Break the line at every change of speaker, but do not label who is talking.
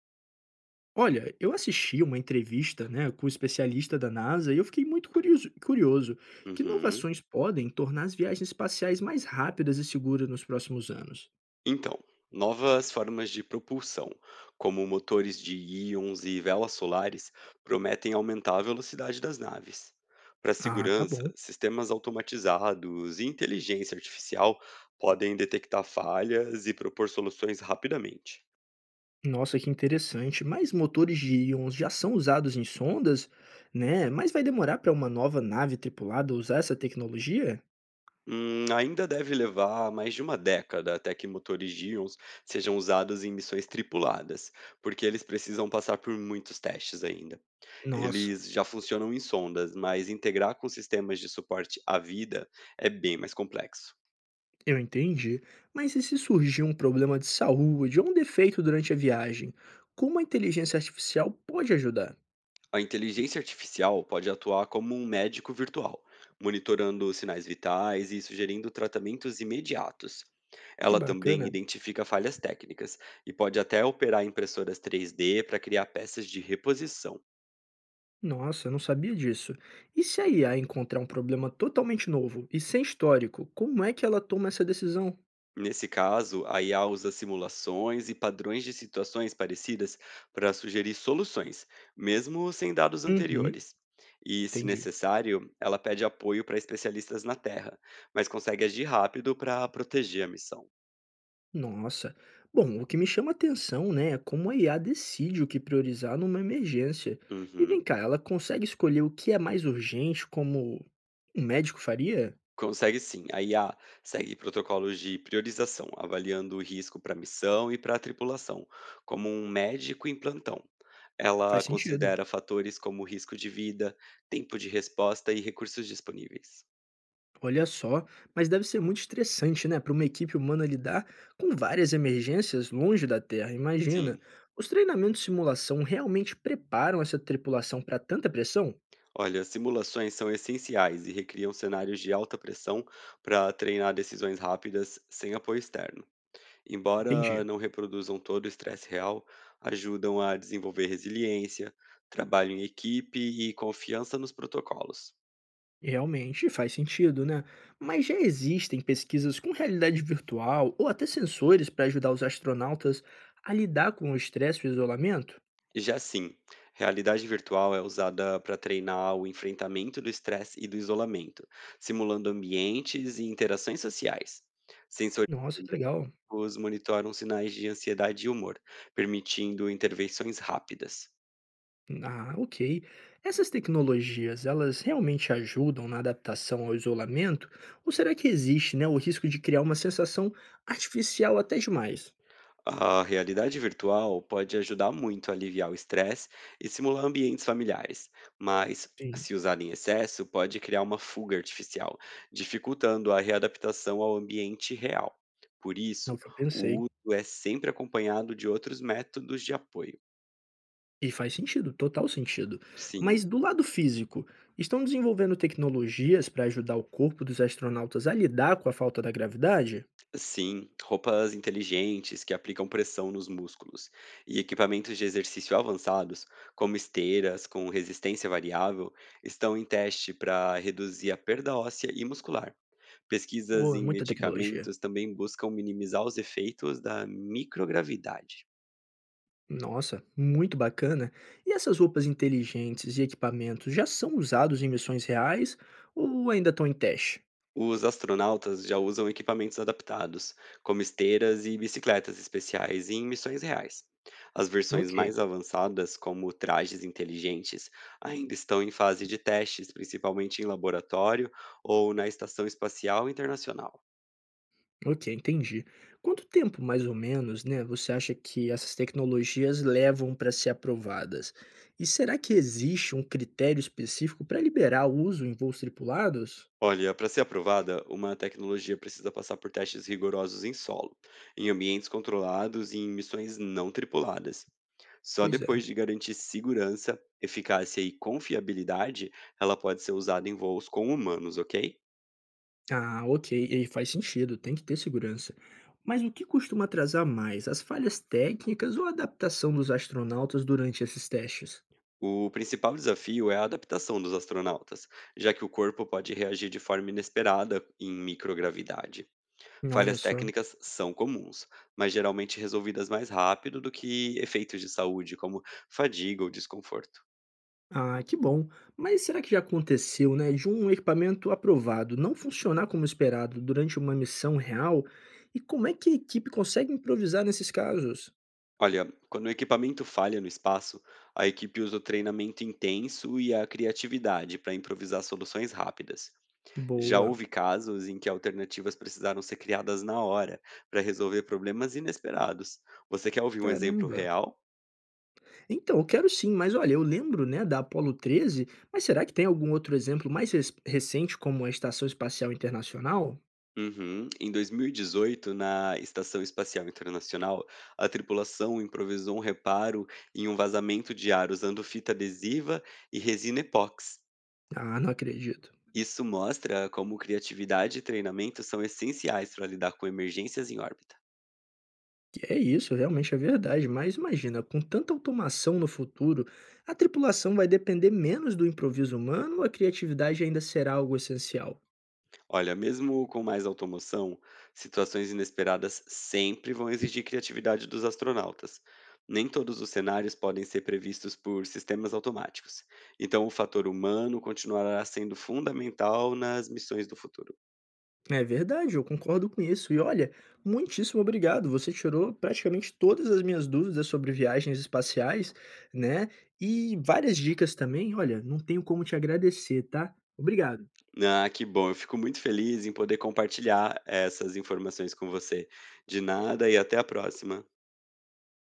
Olha, eu assisti uma entrevista, né, com o especialista da NASA e eu fiquei muito curioso, curioso. Que
Uhum.
inovações podem tornar as viagens espaciais mais rápidas e seguras nos próximos anos?
Então, novas formas de propulsão, como motores de íons e velas solares, prometem aumentar a velocidade das naves. Para
Ah, tá
segurança,
bom.
sistemas automatizados e inteligência artificial podem detectar falhas e propor soluções rapidamente.
Nossa, que interessante. Mas motores de íons já são usados em sondas, né? Mas vai demorar para uma nova nave tripulada usar essa tecnologia?
Ainda deve levar mais de uma década até que motores de íons sejam usados em missões tripuladas, porque eles precisam passar por muitos testes ainda.
Nossa,
Eles já funcionam em sondas, mas integrar com sistemas de suporte à vida é bem mais complexo.
eu entendi. Mas e se surgir um problema de saúde ou um defeito durante a viagem? Como a inteligência artificial pode ajudar?
A inteligência artificial pode atuar como um médico virtual, monitorando sinais vitais e sugerindo tratamentos imediatos.
Que
Ela também
bacana.
identifica falhas técnicas e pode até operar impressoras 3D para criar peças de reposição.
Nossa, eu não sabia disso. E se a IA encontrar um problema totalmente novo e sem histórico, como é que ela toma essa decisão?
Nesse caso, a IA usa simulações e padrões de situações parecidas para sugerir soluções, mesmo sem dados
Uhum,
anteriores. E, se
entendi.
necessário, ela pede apoio para especialistas na Terra, mas consegue agir rápido para proteger a missão.
Nossa. Bom, o que me chama atenção, né, é como a IA decide o que priorizar numa emergência. E
Uhum.
vem cá, ela consegue escolher o que é mais urgente, como um médico faria?
Consegue sim. A IA segue protocolos de priorização, avaliando o risco para a missão e para a tripulação, como um médico em plantão. Ela
Faz sentido.
considera fatores como risco de vida, tempo de resposta e recursos disponíveis.
Olha só, mas deve ser muito estressante, né, para uma equipe humana lidar com várias emergências longe da Terra. Imagina.
Sim.
Os treinamentos de simulação realmente preparam essa tripulação para tanta pressão?
Olha, simulações são essenciais e recriam cenários de alta pressão para treinar decisões rápidas sem apoio externo.
Entendi.
Embora não reproduzam todo o estresse real, ajudam a desenvolver resiliência, trabalho em equipe e confiança nos protocolos.
Realmente faz sentido, né? Mas já existem pesquisas com realidade virtual ou até sensores para ajudar os astronautas a lidar com o estresse e o isolamento?
Já sim, realidade virtual é usada para treinar o enfrentamento do estresse e do isolamento, simulando ambientes e interações sociais.
Nossa, que legal.
Os monitoram sinais de ansiedade e humor, permitindo intervenções rápidas.
Ah, ok. Essas tecnologias, elas realmente ajudam na adaptação ao isolamento? Ou será que existe, né, o risco de criar uma sensação artificial até demais?
A realidade virtual pode ajudar muito a aliviar o estresse e simular ambientes familiares, mas
Sim,
se usada em excesso, pode criar uma fuga artificial, dificultando a readaptação ao ambiente real. Por
é o
isso,
que eu
o
pensei.
uso é sempre acompanhado de outros métodos de apoio.
E faz sentido, total sentido. Mas
Sim.
do lado físico, estão desenvolvendo tecnologias para ajudar o corpo dos astronautas a lidar com a falta da gravidade?
Sim, roupas inteligentes que aplicam pressão nos músculos e equipamentos de exercício avançados, como esteiras com resistência variável, estão em teste para reduzir a perda óssea e muscular. Pesquisas
Pô, é
em
muita tecnologia.
medicamentos também buscam minimizar os efeitos da microgravidade.
Nossa, muito bacana. E essas roupas inteligentes e equipamentos já são usados em missões reais ou ainda estão em teste?
Os astronautas já usam equipamentos adaptados, como esteiras e bicicletas especiais em missões reais. As
Ok,
versões mais avançadas, como trajes inteligentes, ainda estão em fase de testes, principalmente em laboratório ou na Estação Espacial Internacional.
ok, entendi. Quanto tempo, mais ou menos, né, você acha que essas tecnologias levam para ser aprovadas? E será que existe um critério específico para liberar o uso em voos tripulados?
Olha, para ser aprovada, uma tecnologia precisa passar por testes rigorosos em solo, em ambientes controlados e em missões não tripuladas. Só
Pois é.
depois de garantir segurança, eficácia e confiabilidade, ela pode ser usada em voos com humanos, ok?
Ah, ok. E faz sentido, tem que ter segurança. Mas o que costuma atrasar mais, as falhas técnicas ou a adaptação dos astronautas durante esses testes?
O principal desafio é a adaptação dos astronautas, já que o corpo pode reagir de forma inesperada em microgravidade.
Olha
Falhas
só.
técnicas são comuns, mas geralmente resolvidas mais rápido do que efeitos de saúde, como fadiga ou desconforto.
Ah, que bom. Mas será que já aconteceu, né, de um equipamento aprovado não funcionar como esperado durante uma missão real? E como é que a equipe consegue improvisar nesses casos?
Olha, quando o equipamento falha no espaço, a equipe usa o treinamento intenso e a criatividade para improvisar soluções rápidas. Já
Boa.
houve casos em que alternativas precisaram ser criadas na hora para resolver problemas inesperados. Você quer ouvir um exemplo
Caramba.
real?
Então, eu quero sim, mas olha, eu lembro, né, da Apollo 13, mas será que tem algum outro exemplo mais recente, como a Estação Espacial Internacional?
Uhum. Em 2018, na Estação Espacial Internacional, a tripulação improvisou um reparo em um vazamento de ar usando fita adesiva e resina epóxi.
Ah, não acredito.
Isso mostra como criatividade e treinamento são essenciais para lidar com emergências em órbita.
Que é isso, realmente é verdade, mas imagina, com tanta automação no futuro, a tripulação vai depender menos do improviso humano ou a criatividade ainda será algo essencial?
Olha, mesmo com mais automoção, situações inesperadas sempre vão exigir criatividade dos astronautas. Nem todos os cenários podem ser previstos por sistemas automáticos. Então, o fator humano continuará sendo fundamental nas missões do futuro.
É verdade, eu concordo com isso. E olha, muitíssimo obrigado. Você tirou praticamente todas as minhas dúvidas sobre viagens espaciais, né? E várias dicas também. Olha, não tenho como te agradecer, tá? Obrigado.
Ah, que bom! Eu fico muito feliz em poder compartilhar essas informações com você. De nada e até a próxima.